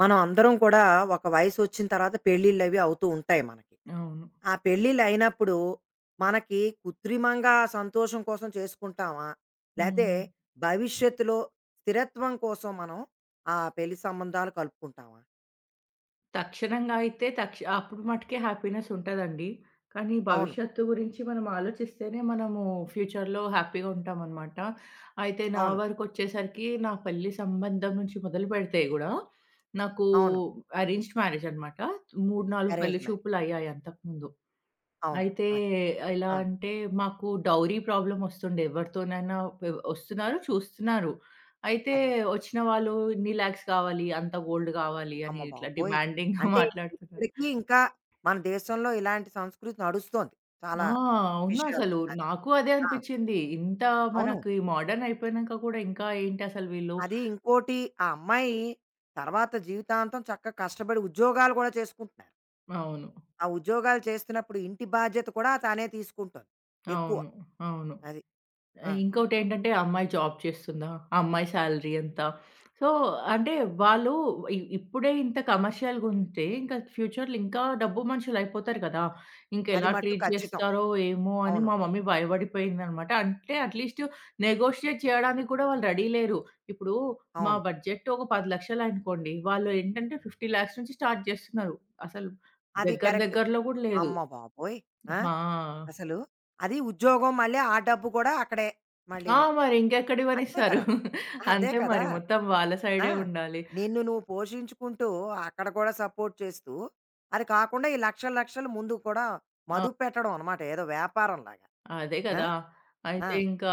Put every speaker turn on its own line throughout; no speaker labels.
మనం అందరం కూడా ఒక వయసు వచ్చిన తర్వాత పెళ్ళిళ్ళు అవి అవుతూ ఉంటాయి మనకి.
అవును.
ఆ పెళ్ళిళ్ళు అయినప్పుడు మనకి కృత్రిమంగా సంతోషం కోసం చేసుకుంటామా? లేతే
హ్మ్.
భవిష్యత్తులో స్థిరత్వం కోసం మనం ఆ పెళ్లి సంబంధాలు కలుపుకుంటామా?
తక్షణంగా అయితే అప్పుడు మట్టుకే హ్యాపీనెస్ ఉంటదండి. కానీ
అవును.
భవిష్యత్తు గురించి మనం ఆలోచిస్తేనే మనము ఫ్యూచర్‌లో హ్యాపీగా ఉంటామనమాట. అయితే నా
అవును.
వరకొచ్చేసరికి నా పెళ్లి సంబంధం నుంచి మొదలుపెడితే గూడా నాకు
అవును.
అరేంజ్డ్ మ్యారేజనమాట. 3, 4
అరేంజ్
పెళ్లి
మ్యారేజ్.
చూపులయ్యాయి అంతకుముందు.
అవును.
అయితే
అదే.
ఎలా
ఆ!
అంటే మాకు డౌరీ ప్రాబ్లమ్ ఒస్తుండే. ఎవరితోనైనా ఒస్తున్నారు, చూస్తున్నారు. అయితే
అదే.
ఒచ్చిన వాళ్ళు ఇన్ని లాక్స్ కావాలి, అంత గోల్డ్ గావాలి
అమ్మ
అని ఇట్లా
బాబోయ్!
డిమాండింగ్‌గా
అంటే
మాట్లాడుతున్నారు.
ఇప్పటికీ ఇంకా మన దేశంలో ఇలాంటి సంస్కృతి నడుస్తోంది. చాలా
ఆ!
విషయాల్లో.
అవునసలు.
అది.
నాకు అదే
ఆ!
అనిపిచ్చింది. ఇంత
అవును.
మనకి మోడర్న్ అయిపోయినంక కూడా ఇంకా ఏంటసలు వీళ్ళు.
అది ఇంకోటి ఆ అమ్మాయి తర్వాత జీవితాంతం చక్కగా కష్టపడి ఉద్యోగాలు కూడా చేసుకుంటున్నారు.
అవును.
ఆ ఉద్యోగాలు చేస్తున్నప్పుడు ఇంటి బాధ్యత కూడా తనే తీసుకుంటుంది ఎక్కువ.
అవును. అవును.
అది. ఆ!
ఇంకోటేంటంటే ఆ అమ్మాయి జాబ్ చేస్తుందా? ఆ అమ్మాయి సాలరీ ఎంత? సో, అంటే వాళ్ళు ఇప్పుడే ఇంత కమర్షియల్‌గుంటే ఇంకా ఫ్యూచర్‌లో ఇంకా డబ్బు మనుషులయిపోతారు కదా!
అది
ఇంకెలా
మట్టు
ట్రీట్
ఖచ్చితం.
చేస్తారో ఏమో అని
అవును.
మా మమ్మీ భయపడిపోయిందనమాట. అంటే అట్‌లీస్ట్ నెగోషియేట్ చేయడానికి కూడా వాళ్ళు రెడీ లేరు. ఇప్పుడు మా
అవును.
బడ్జెట్ ఒక 10,00,000 అనుకోండి. వాళ్ళు ఏంటంటే 50,00,000 నుంచి స్టార్ట్ చేస్తున్నారు. అసలు
అది
దగ్గర
కరెక్ట్.
దగ్గరలో కూడా లేదు.
అమ్మ బాబోయ్! ఆ!
ఆ!
అసలు అది ఉద్యోగం మళ్ళీ ఆ డబ్బు కూడా అక్కడే
ఆ!
మళ్ళీను.
మరి
అంతే
ఇంకెక్కడివ్వనిస్తారు.
కదా! అదే
అంతే
కదా!
మరి మొత్తం వాళ్ళ
ఆ!
సైడే ఉండాలి.
నిన్ను నువ్వు పోషించుకుంటూ అక్కడ కూడా సపోర్ట్ చేస్తూ, అది కాకుండా ఈ లక్షలు, లక్షలు ముందు కూడా
ఆ!
మదుపు పెట్టడం అనమాట. ఏదో వ్యాపారంలాగా.
అదే
ఆ!
కదా!
ఆ!
అయితే ఇంకా,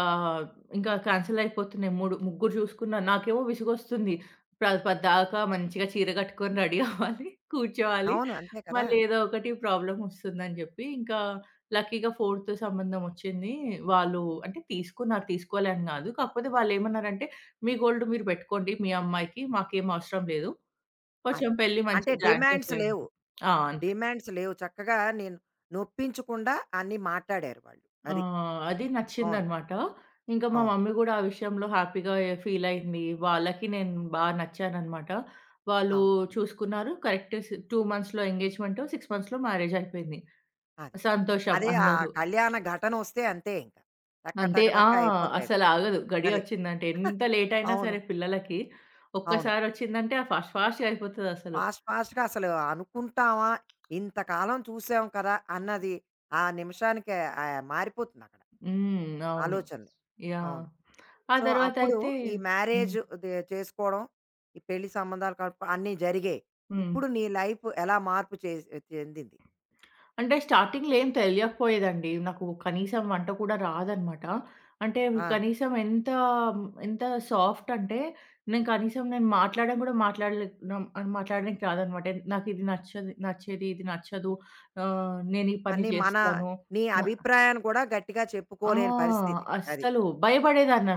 ఇంకా కాన్సెల్ అయిపోతున్నాయి. 3 ముగ్గురు చూసుకున్నా. నాకేమో విసుగొస్తుంది. పద్దాకా మంచిగా చీర కట్టుకొని రెడీ అవ్వాలి. కూర్చోవాలి.
అవును. అంతే కదా!
మళ్ళీ ఏదో ఒకటి ప్రాబ్లమ్ వస్తుందని చెప్పి, ఇంకా లక్కీగా ఫోర్త్ సంబంధం వచ్చింది. వాళ్ళు అంటే తీసుకున్నారు. తీసుకోలే అని కాదు. కాకపోతే వాళ్ళేమన్నారంటే, "మీ గోల్డ్ మీరు పెట్టుకోండి మీ అమ్మాయికి. మాకేం అవసరం లేదు."
అది.
కొంచెం పెళ్లి మంచి
అంటే
గ్రాండ్‌గా
డిమాండ్స్
చేయండి.
లేవు.
ఆ! అంతే.
డిమాండ్స్ లేవు. చక్కగా నేను నొప్పించకుండా అన్నీ మాట్లాడారు వాళ్ళు. అది.
ఆహ్, అది
అవును.
నచ్చిందనమాట. ఇంకా మా
అవును.
మమ్మీ గూడా ఆ విషయంలో హ్యాపీగా ఫీల్ అయింది. వాళ్ళకి నేను నచ్చాననమాట. వాళ్ళు
అవును.
చూసుకున్నారు. కరెక్ట్ 2 మంత్స్‌లో ఎంగేజ్‌మెంట్, 6 మంత్స్‌లో మ్యారేజ్ అయిపోయింది.
అది.
సంతోషం
అదే ఆ
అందరూ.
కళ్యాణ ఘటనొస్తే అంతే ఇంక. టక
అంతే
టక
ఆ!
టక అయిపోతాయి అవి.
అసలాగదు.
అది.
గడియొచ్చిందంటే ఎంత లేట్ అయినా
అవును.
సరే పిల్లలకి
అవును.
ఒక్కసారొచ్చిందంటే ఆ ఫాస్ట్ ఫాస్ట్‌గా అయిపోతదసలు.
ఫాస్ట్ ఫాస్ట్‌గా అసలు అనుకుంటామా? ఇంతకాలం చూసాం కదా! అన్నది ఆ నిమిషానికే ఆహ్, మారిపోతుందక్కడ
హ్మ్. అవును.
ఆలోచనలు.
యాహ్!
అవును.
ఆ
సో, అప్పుడు
తర్వాతయితే.
ఈ మ్యారేజ్
హ్మ్.
దే చేసుకోవడం, ఈ పెళ్లి సంబంధాలు కలుపు అన్నీ జరిగాయి.
హ్మ్.
ఇప్పుడు నీ లైఫ్ ఎలా మార్పు చేసి చెందింది?
అంటే స్టార్టింగ్‌లో ఏం తెలియకపోయేదండి. నాకు కనీసం వంట కూడా రాదనమాట. అంటే
ఆ!
కనీసం ఎంత, ఎంత సాఫ్ట్ అంటే నేను మాట్లాడడం కూడా మాట్లాడలే. నం మాట్లాడడానికి రాదనమాట. నాకు ఇది నచ్చదు నచ్చేది, ఇది నచ్చదు. ఆహ్, నేను ఈ పని
అని మన
చేస్తాను.
నీ
న
అభిప్రాయాన్ని కూడా గట్టిగా
ఆ!
చెప్పుకోలేని పరిస్థితి. అది.
అస్సలు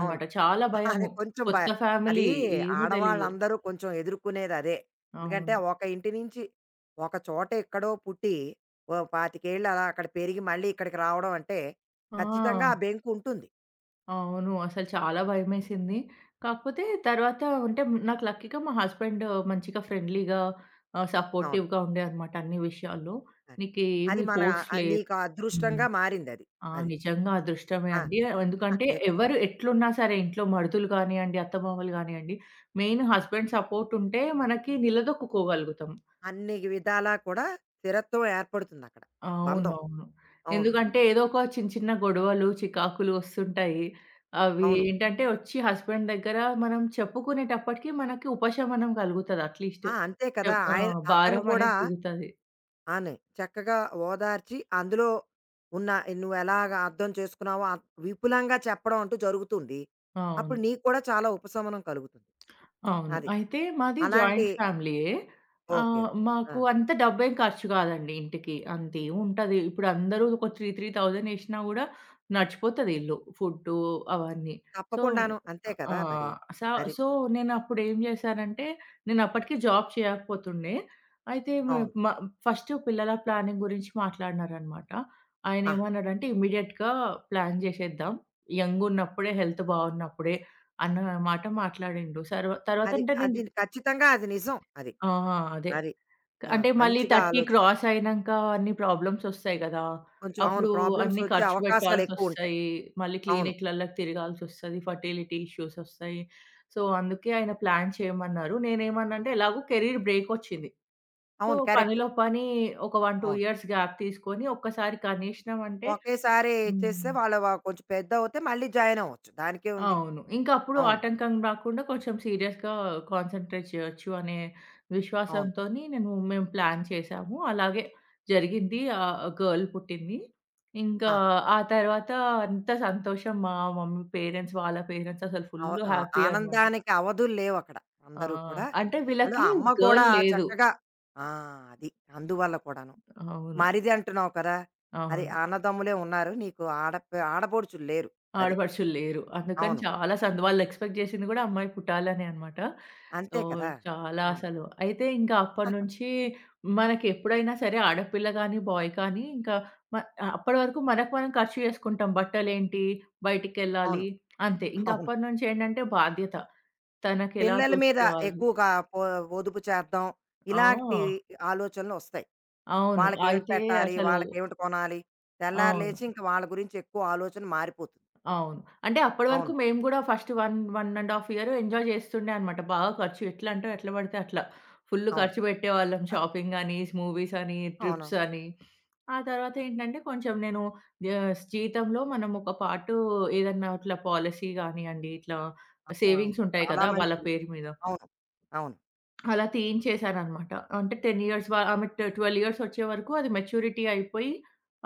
అవును.
చాలా
అది
భయము.
కొంచెం భ
కొత్త
అది
ఫ్యామిలీ ఏమి తెలీదు.
ఆడవాళ్ళందరూ కొంచెం ఎదుర్కొనేది అదే. ఎందుకంటే
అవును.
ఒక ఇంటి నుంచి ఒక చోట ఎక్కడో పుట్టి, ఓ 25 ఏళ్ళు అలా అక్కడ పెరిగి మళ్ళీ ఇక్కడికి రావడం అంటే ఖచ్చితంగా ఆ
ఆ!
బెంకు ఉంటుంది.
అవును. అసలు చాలా భయమేసింది. కాకపోతే తర్వాత అంటే నాకు లక్కీగా మా హస్బెండ్ మంచిగా ఫ్రెండ్లీగా ఆహ్,
అవును.
సపోర్టివ్‌గా ఉండేదనమాట అన్ని విషయాల్లో.
అది. అది
నీకేమి
మన
ఫోర్స్
ఆహ్,
లేదు.
నీకు
హ్మ్.
అదృష్టంగా మారిందది.
ఆ!
అది. అది
నిజంగా అదృష్టమే
ఆ!
అండి. ఎందుకంటే
అదే కదా!
ఎవరు ఎట్లున్నా సరే ఇంట్లో మరుదులు గానియండి, అత్తమామలు గానియండి, మెయిన్ హస్బెండ్ సపోర్ట్ ఉంటే మనకి నిలదొక్కుకోగలుగుతాం.
అన్ని విధాలా కూడా స్థిరత్వం ఏర్పడుతుందక్కడ. బంధం.
అవునవును.
అవును.
ఎందుకంటే ఏదో ఒక చిన్న చిన్న గొడవలు, చికాకులు వస్తుంటాయి. అవి
అవును.
ఏంటంటే వచ్చి హస్బెండ్ దగ్గర మనం చెప్పుకునేటప్పటికి మనకి ఉపశమనం కలుగుతది అట్‌లీస్ట్.
ఆ! అంతే కదా!
ఆ!
ఆయన అతను
భారం
కూడా
అనేది దిగుతది.
అని చక్కగా ఓదార్చి అందులో ఉన్న నువ్వు ఎలాగ అర్థం చేసుకున్నావో అంత విపులంగా చెప్పడం అంటూ జరుగుతుంది. అప్పుడు
అవును.
నీకు కూడా చాలా ఉపశమనం కలుగుతుంది.
అవును.
అది.
అయితే మాది
అలాంటి
జాయింట్ ఫ్యామిలీయే.
ఓకే.
ఆహ్,
ఓకే. ఆ!
మాకు అంత డబ్బేం ఖర్చు కాదండి ఇంటికి. అంతే ఉంటది. ఇప్పుడు అందరూ ఒక 3, 3,000 ఏసినా గూడా నడిచిపోతది ఇల్లు. ఫుడ్డు అవన్నీ. సో.
తప్పకుండాను. అంతే
ఆ!
కదా మరి.
స
అది.
సో, నేనప్పుడు ఏం జేశానంటే, నేనప్పటికి జాబ్ చేయకపోతుండే. అయితే మే
అవును.
మ ఫస్ట్ పిల్లల ప్లానింగ్ గురించి మాట్లాడినారనమాట.
ఆహా!
ఆయనేమన్నాడంటే, "ఇమ్మీడియేట్‌గా ప్లాన్ జేసేద్దాం. యంగున్నప్పుడే, హెల్త్ బావున్నప్పుడే అన్న మాట మాట్లాడిండు. తర్వాత
అది
అంటే
అది
నేను.
ఖచ్చితంగా అది నిజం. అది.
ఆ! అదే.
అది. ఆ!
అంటే మళ్ళీ
మంచిగా
30
ఆలోచి
క్రాస్ అయినంక అన్ని ప్రాబ్లమ్స్ ఒస్తాయి గదా!
కొంచెం అవును.
అప్పుడు
ప్రాబ్లమ్స్
అన్నీ
వచ్చే
ఖర్చు
అవకాశాలు ఎక్కువుంటాయి.
పెట్టాల్సొస్తాయి. మళ్ళీ
అవును.
క్లినిక్‌లల్లకి తిరగాల్సొస్తది. ఫర్టిలిటీ ఇష్యూస్ ఒస్తాయి. సో, అందుకే ఆయన ప్లాన్ చేయమన్నారు. నేనేమన్నా అంటే ఎలాగో కెరీర్ బ్రేక్ ఒచ్చింది. సో,
అవును. కరెక్ట్.
పనిలో పని ఒక 1, 2
అవును.
ఇయర్స్ గ్యాప్ తీసుకొని ఒక్కసారి కనీసనం అంటే.
ఒకేసారి చేస్తే
హ్మ్.
వాళ్ళు వ కొంచెం పెద్దవుతే మళ్ళీ జాయిన్ అవ్వచ్చు. దానికే ఉంది.
అవును. ఇంకా అప్పుడు
అవును.
ఆటంకం రాకుండా కొంచెం సీరియస్‌గా కాన్సంట్రేట్ చేయొచ్చు అనే
అవును.
విశ్వాసంతోని మేము ప్లాన్ చేసాము. అలాగే జరిగింది. ఆహ్, గర్ల్ పుట్టింది. ఇంకా
ఆ!
ఆ తర్వాత అంత సంతోషం మా మమ్మీ పేరెంట్స్, వాళ్ళ పేరెంట్స్ అసలు
అవ
ఫుల్
ఆ!
హ్యాపీ అనమాట.
ఆనందానికి అవధులు లేవక్కడ.
ఆ!
అందరూ కూడా.
అంటే
అందులో
వీళ్ళకి
అమ్మ కూడా
గర్ల్ లేదు.
చక్కగా ఆ! అది. అందువల్ల కూడాను.
అవును.
మరిది అంటున్నావు కదా! అది
అవును.
అన్నదమ్ములే ఉన్నారు. నీకు ఆడపి ఆడపడుచులు లేరు. అది.
ఆడపడుచులు లేరు. అందుకని
అవును.
చాలా వాళ్ళు ఎక్స్‌పెక్ట్ చేసింది గూడా అమ్మాయి పుట్టాలనే అన్నమాట. సో,
అంతే కదా!
చాలా
అవును.
అసలు. అయితే ఇంకా అప్పటినుంచి మనకెప్పుడైనా సరే ఆడపిల్ల గాని, బాయ్ కానీ ఇంకా మ అప్పటి వరకు మనకు మనం ఖర్చు చేసుకుంటాం. బట్టలేంటి,
అవును.
బయటికెళ్ళాలి అంతే. ఇంక
అవును.
అప్పటినుంచి ఏంటంటే బాధ్యత. తనకెలా
పిల్లల మీద
చూసుకోవాలి.
ఎక్కువగా పొ పొదుపు చేద్దాం.
ఆ!
ఇలాంటి ఆలోచనలొస్తాయి.
అవును.
వాళ్ళకేమిటి
అయితే
పెట్టాలి?
అసలు.
వాళ్ళకేమిటి కొనాలి? తెల్లారి
అవును.
లేచి ఇంక వాళ్ళ గురించి ఎక్కువ ఆలోచన మారిపోతుంది.
అవును. అంటే అప్పటి వరకు
అవును.
మేము గూడా ఫస్ట్ 1, 1 ½ ఇయర్ ఎంజాయ్ చేస్తుండే అనమాట. బాగా ఖర్చు ఎట్లా అంటే ఎట్లా పడితే అట్లా. ఫుల్
అవును.
ఖర్చు పెట్టేవాళ్ళం. షాపింగ్ అని, మూవీస్ అని,
అవును.
ట్రిప్స్ అని. ఆ తర్వాత ఏంటంటే కొంచెం నేను ఆహ్, జీతంలో మనం ఒక పార్టు ఏదన్నా ఇట్లా పాలిసీ గానియండి, ఇట్లా
ఆ!
సేవింగ్స్ ఉంటాయి
చాలా
కదా! వాళ్ళ
మంచిది.
పేరు మీద.
అవును. అవును.
అలా తీయించేసాననమాట. అంటే 10 ఇయర్స్ ఆమె 12 ఇయర్స్ వచ్చే వరకు అది మెచ్యూరిటీ అయిపోయి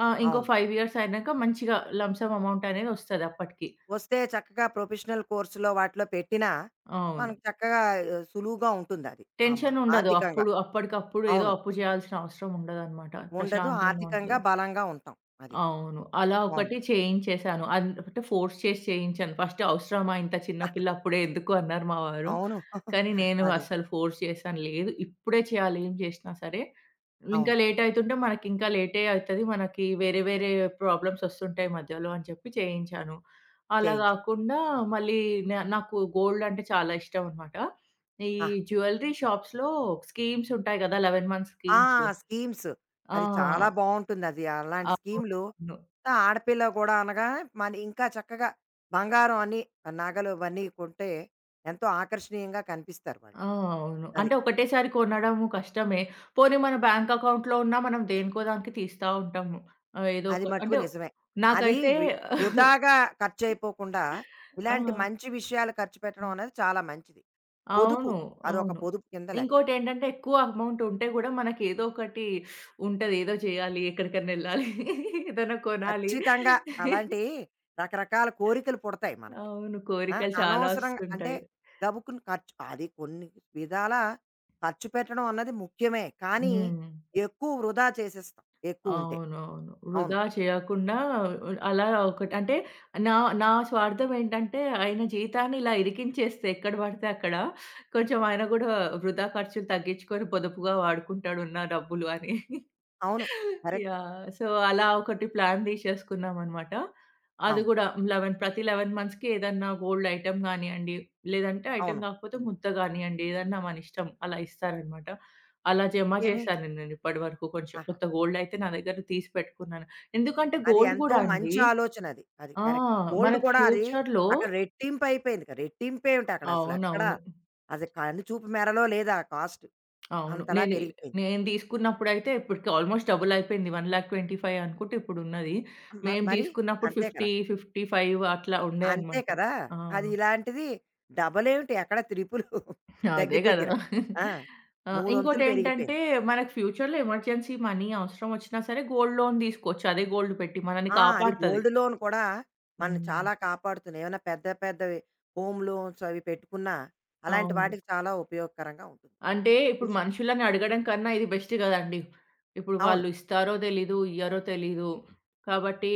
ఆహ్, ఇంకో
అవును.
5 ఇయర్స్ అయినాక మంచిగా లంప్ సమ్ అమౌంట్ అనేది వస్తది అప్పటికి.
వస్తే చక్కగా ప్రొఫెషనల్ కోర్సులో వాటిలో పెట్టినా,
అవును.
మనకు చక్కగా ఆహ్, సులువుగా ఉంటుందది. ఆమ
టెన్షనుండదు.
ఆర్థికంగా.
అప్పుడు అప్పటికప్పుడు ఏదో
అవును.
అప్పు చేయాల్సిన అవసరం ఉండదనమాట.
ఉండదు.
ప్రశాంతంగా
ఆర్థికంగా
ఉంటది.
బలంగా ఉంటాం. అది.
అవును. అలా
అవును.
ఒకటి చేయించేశాను. అంటే ఫోర్స్ చేసి చేయించాను. ఫస్ట్ అవసరమా ఇంత చిన్న పిల్ల అప్పుడే ఎందుకు అన్నారు మా వారు.
అవును.
కానీ నేను
అదే.
అస్సలు ఫోర్స్ చేశాను. లేదు ఇప్పుడే చేయాలి ఏం చేసినా సరే. ఇంకా
అవును.
లేట్ అయితుంటే మనకి ఇంకా లేటే అయితది. మనకి వేరే వేరే ప్రాబ్లమ్స్ వస్తుంటాయి మధ్యలో అని చెప్పి చేయించాను. అలా
చేయించాం.
గాకుండా మళ్ళీ నాకు గోల్డ్ అంటే చాలా ఇష్టం అనమాట. ఈ
ఆ!
జ్యువెల్లరీ షాప్స్‌లో స్కీమ్స్ ఉంటాయి గదా! 11 మంత్స్
ఆ!
స్కీమ్స్.
స్కీమ్స్. అది చాలా
ఆ!
బావుంటుందది. అలాంటి స్కీమ్‌లు
అవునవును.
ఆడపిల్ల కూడా అనగా మన ఇంకా చక్కగా బంగారం అని నగలు అవన్నీ కొంటే ఎంతో ఆకర్షణీయంగా కనిపిస్తారు వాళ్ళు.
ఆ! అవును.
అది.
అంటే ఒకటేసారి కొనడము కష్టమే. పోనీ మన బ్యాంక్ అకౌంట్‌లో ఉన్నా మనం దేనికో దానికి తీస్తా ఉంటాము. ఆహ్, ఏదో
అది
ఒక
మట్టుకు
అంటే
నిజమే. అది
నాకైతే.
వి వృధాగా ఖర్చయిపోకుండా
ఆ!
ఇలాంటి మంచి విషయాలు ఖర్చు పెట్టడం అనేది చాలా మంచిది. పొదుపు.
అవును.
అదొక
అవును.
పొదుపు కింద లెక్క.
ఇంకోటేంటంటే ఎక్కువ అమౌంట్ ఉంటే గూడా మనకి ఏదో ఒకటి ఉంటది. ఏదో చేయాలి, ఎక్కడికన్నా ఎళ్ళాలి, ఏదైనా కొనాలి.
ఖచ్చితంగా. అలాంటి రకరకాల కోరికలు పుడతాయి మనకి.
అవును.
ఆ!
కోరికలు చాలా
అనవసరంగా అంటే
వస్తుంటాయి.
గబుక్కున ఖర్చు అది కొన్ని విధాలా ఖర్చు పెట్టడం అన్నది ముఖ్యమే. కానీ
హ్మ్.
ఎక్కువ వృధా చేసేస్తాం ఎక్కువుంటే.
అవునవును.
అవును.
వృధా చేయకుండా అలా ఒకటి అంటే నా నా స్వార్థం ఏంటంటే ఆయన జీతాన్ని ఇలా ఇరికించేస్తే ఎక్కడ పడితే అక్కడ కొంచెం ఆయన గూడా వృధా ఖర్చులు తగ్గించుకొని పొదుపుగా వాడుకుంటాడు ఉన్న డబ్బులు అని.
అవును. కరెక్ట్.
యాహ్! సో, అలా ఒకటి ప్లాన్ తీసేసుకున్నామనమాట. అది
అవును.
గూడా 11 ప్రతి 11 మంత్స్‌కి ఏదన్నా గోల్డ్ ఐటెమ్ గానియండి, లేదంటే ఐటెమ్
అవును.
గాకపోతే ముద్ద గానియండి, ఏదన్నా మనిష్టం అలా ఇస్తారనమాట.
ఆ!
అలా జమ
ఇంకేమి
చేశాను నేను ఇప్పటి వరకు కొంచెం.
ఆహా!
కొంత గోల్డ్ అయితే నా దగ్గర తీసి పెట్టుకున్నాను. ఎందుకంటే
అది
గోల్డ్
ఎంతో
గూడా అండి.
మంచి ఆలోచన అది. అది
ఆ!
కరెక్ట్. గోల్డ్
మనకి
కూడా అది
ఫ్యూచర్‌లో.
అక్కడ రెట్టింపు అయిపోయింది. కదా, రెట్టింపే ఏమిటి అక్కడ అసలెక్కడ
అవునవును.
అది కన్ను చూపు మేరలో లేదు ఆ కాస్ట్.
అవును.
అంతలా
నేను
పెరిగిపోయింది.
నేను తీసుకున్నప్పుడైతే ఇప్పటికి ఆల్‌మోస్ట్ డబుల్ అయిపోయింది. 1,25,000 అనుకుంటే ఇప్పుడున్నది.
మ
మేము
మరి
తీసుకున్నప్పుడు
అంతే కదా!
50, 55 అట్లా ఉండే
అంతే
అన్నమాట.
కదా!
ఆ!
అది ఇలాంటిది డబలేమిటి ఎక్కడ త్రిపులు
అదే
దగ్గర
గదా!
దగ్గర. ఆ!
ఆ!
మూడొంతులు
ఇంకోటేంటంటే
పెరిగిపోయింది.
మనకు ఫ్యూచర్‌లో ఎమర్జెన్సీ మనీ అవసరం వచ్చినా సరే గోల్డ్ లోన్ తీసుకోవచ్చు. అదే గోల్డ్ పెట్టి మనల్ని
ఆ! అది
కాపాడుతది.
గోల్డ్ లోన్ కూడా మనం
హ్మ్.
చాలా కాపాడుతున్నాయి. ఏమైనా పెద్ద పెద్దవి హోమ్ లోన్స్ అవి పెట్టుకున్నా, అలాంటి
అవును.
వాటికి చాలా ఉపయోగకరంగా ఉంటుంది.
అంటే ఇప్పుడు
ఇది
మనుషులని అడగడం కన్నా ఇది బెస్ట్ గదండీ. ఇప్పుడు
అవును.
వాళ్ళు ఇస్తారో తెలీదు, ఇయ్యరో తెలీదు. కాబట్టి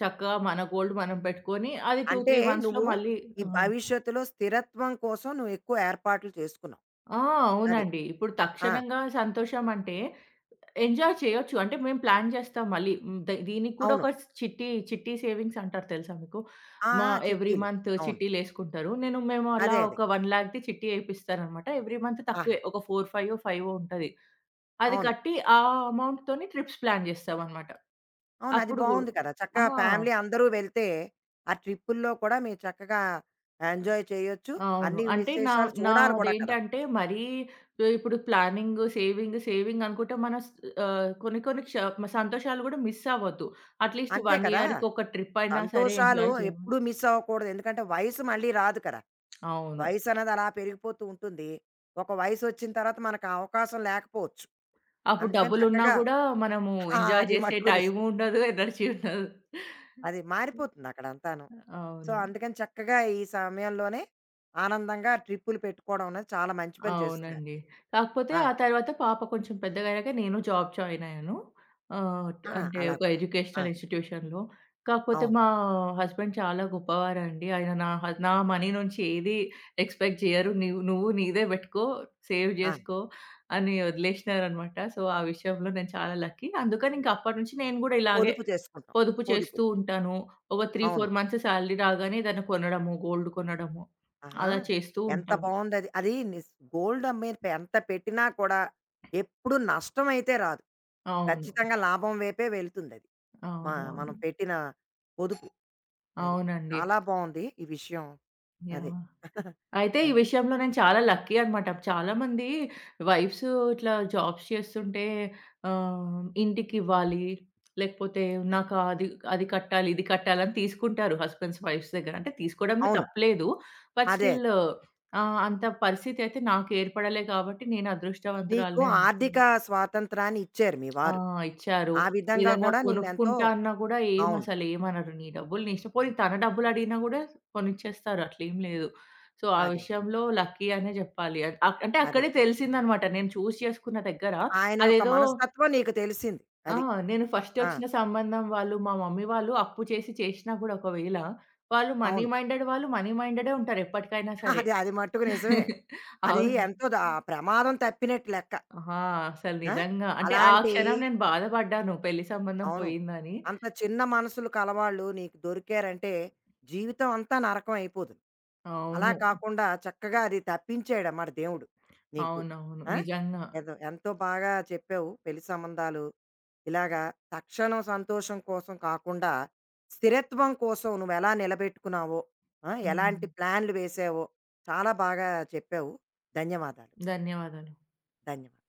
చక్కగా మన గోల్డ్ మనం పెట్టుకొని అది 2,
అంటే
3 మంత్స్‌లో
నువ్వు
మళ్ళీ.
ఈ
ఆ!
భవిష్యత్తులో స్థిరత్వం కోసం నువ్వు ఎక్కువ ఏర్పాట్లు చేసుకున్నావు.
ఆ!
అది.
అవునండి. ఇప్పుడు
ఆ!
తక్షణంగా సంతోషం అంటే ఎంజాయ్ చేయొచ్చు. అంటే మేము ప్లాన్ జేస్తాం మళ్ళీ. హ్మ్. దీనికి కూడా
అవును.
ఒక చిట్టి, చిట్టి సేవింగ్స్ అంటారు తెలుసా మీకు?
ఆ!
మా
ఆ!
ఎవ్రీ
చిట్టీలు.
మంత్
అవును.
చిట్టీలేసుకుంటారు. మేము అలా
అదే అదే.
ఒక 1,00,000ది చిట్టి ఏపిస్తారనమాట. ఎవ్రీ మంత్
ఆహా!
తక్కువే ఒక 4, 5 ఫైవో ఉంటది. అది
అవును.
కట్టి ఆ అమౌంట్‌తోని ట్రిప్స్ ప్లాన్ జేస్తామనమాట.
అవును. అది
అప్పుడు గూడా
బావుంది కదా! చక్కగా
ఆహా!
ఫ్యామిలీ అందరూ వెళ్తే, ఆ ట్రిప్పుల్లో కూడా మీరు చక్కగా ఎంజాయ్ చేయొచ్చు.
అవును.
అన్ని
అంటే
విశేషాలు చూడాలి కూడా కదా!
నాదేంటంటే మరీ ఇప్పుడు ప్లానింగ్, సేవింగ్, సేవింగ్ అనుకుంటే మన ఆహ్, కొన్ని కొన్ని సంతోషాలు గూడా మిస్ అవ్వద్దు. అట్‌లీస్ట్
అంతే
1
కదా!
ఇయర్‌కి ఒక ట్రిప్ అయినా సరే
సంతోషాలు
ఎంజాయ్ చేయాలి.
ఎప్పుడూ మిస్ అవ్వకూడదు. ఎందుకంటే, వయసు మళ్ళీ రాదు కదా!
అవును.
వయసన్నది అలా పెరిగిపోతూ ఉంటుంది. ఒక వయసొచ్చిన తర్వాత మనకు ఆ అవకాశం లేకపోవచ్చు.
అప్పుడు
అందుకని
డబ్బులున్నా
చక్కగా
గూడా మనము
ఆ!
ఎంజాయ్
అది
జేసే
మట్టుకు నిజం.
టైము ఉండదు, ఎనర్జీ ఉండదు.
అది మారిపోతుంది అక్కడంతాను. సో,
అవును.
అందుకని చక్కగా ఈ సమయంలోనే ఆనందంగా ట్రిప్పులు పెట్టుకోవడం అనేది చాలా మంచి పని చేస్తున్నారు
అవునండి.
మీరు.
కాకపోతే
ఆ!
ఆ తర్వాత పాప కొంచెం పెద్దగయ్యాక నేను జాబ్ జాయిన్ అయ్యాను. ఆహ్,
ఆ!
అంటే
అలా
ఒక
కూడా. ఆ!
ఎడ్యుకేషనల్ ఇన్‌స్టిట్యూషన్‌లో. కాకపోతే
అవును.
మా హస్బెండ్ చాలా గొప్పవారండి. ఆయన నా మనీ నుంచి ఏది ఎక్స్‌పెక్ట్ జేయరు. నువ్వు నీదే బెట్టుకో, సేవ్
ఆ!
జేసుకో అని వదిలేసినారనమాట. సో, ఆ విషయంలో నేను చాలా లక్కీ. అందుకని ఇంక అప్పటినుంచి నేను గూడా ఇలాగే
పొదుపు చేసుకుంటాం.
పొదుపు చేస్తూ
పొదుపులు.
ఉంటాను. ఒక 3,
అవును.
4 మంత్స్ సాలరీ రాగానే ఏదైనా కొనడము, గోల్డ్ కొనడము
ఆహా!
అలా చేస్తూ
ఎంత
ఉంటాం.
బావుందది. అది నిస్ గోల్డ్ మీద పె- ఎంత పెట్టినా కూడా ఎప్పుడు నష్టమైతే రాదు.
అవును.
ఖచ్చితంగా లాభం వైపే వెళ్తుందది. మ
అవునవును.
మనం పెట్టిన పొదుపు అది.
అవునండి.
చాలా బావుంది ఈ విషయం. అదే.
యాహ్! అయితే
ఆ!
ఈ విషయంలో నేను చాలా లక్కీ అన్నమాట. చాలామంది వైఫ్స్ ఇట్లా జాబ్స్ చేస్తుంటే ఆహ్, ఇంటికివ్వాలి, లేకపోతే నాకు అది అది కట్టాలి, ఇది కట్టాలి అని తీసుకుంటారు హస్బెండ్స్, వైఫ్స్ దగ్గర. అంటే తీసుకోవడంలో
అవును.
తప్పులేదు. బట్
అదే. అదే.
స్టిల్ ఆహ్, అంత పరిస్థితి అయితే నాకు ఏర్పడలే కాబట్టి నేను
నీకు
అదృష్టవంతురాలనే
ఆర్థిక
అనుకోవాలి.
స్వాతంత్రాన్ని ఇచ్చారు మీ
ఆ!
వారు.
ఇచ్చారు.
ఆ విధంగా
ఏదన్నా
కూడా నిన్నెంతో
కొనుక్కుంటా అన్నా గూడా
అవును.
ఏమసలు ఏమనరు. నీ డబ్బులు నీ ఇష్టం. పోనీ తన డబ్బులు అడిగినా గూడా కొనిచ్చేస్తారు. అట్లేం లేదు. సో, ఆ
అదే. అదే.
విషయంలో లక్కీ అనే జెప్పాలి. అంటే
అదే.
అక్కడే తెలిసిందనమాట. నేను చూజ్ చేసుకున్న దగ్గర
ఆయన యొక్క
అదేదో.
మనస్తత్వం నీకు తెలిసింది.
ఆ!
అది.
నేను ఫస్ట్
ఆ!
ఒచ్చిన సంబంధం వాళ్ళు మా మమ్మీ వాళ్ళు అప్పు చేసి చేషినా గూడా ఒకవేళ
అవును.
వాళ్ళు మనీ మైండెడే ఉంటారు ఎప్పటికైనా సరే.
అది అది మట్టుకు నిజమే. అది
అవును.
ఎంతో దా ప్రమాదం తప్పినట్టు లెక్క.
ఆ! అసలు
ఆ!
నిజంగా. అంటే ఆ
అలాంటి
క్షణం నేను బాధపడ్డాను పెళ్లి సంబంధం
అవును.
పోయిందని.
అంత చిన్న మనసులు కలవాళ్ళు నీకు దొరికారంటే, జీవితం అంతా నరకం అయిపోతుంది. అలా
అవును.
కాకుండా చక్కగా అది తప్పించాడన్నమాట దేవుడు నీకు.
అవునవును.
ఆ!
నిజంగా.
ఏదో ఎంతో బాగా చెప్పావు పెళ్లి సంబంధాలు ఇలాగా తక్షణం సంతోషం కోసం కాకుండా స్థిరత్వం కోసం నువ్వు ఎలా నిలబెట్టుకున్నావో ఆ,
హ్మ్.
ఎలాంటి ప్లాన్లు వేసావో చాలా బాగా చెప్పావు. ధన్యవాదాలు.
ధన్యవాదాలు.
ధన్యవాదాలు.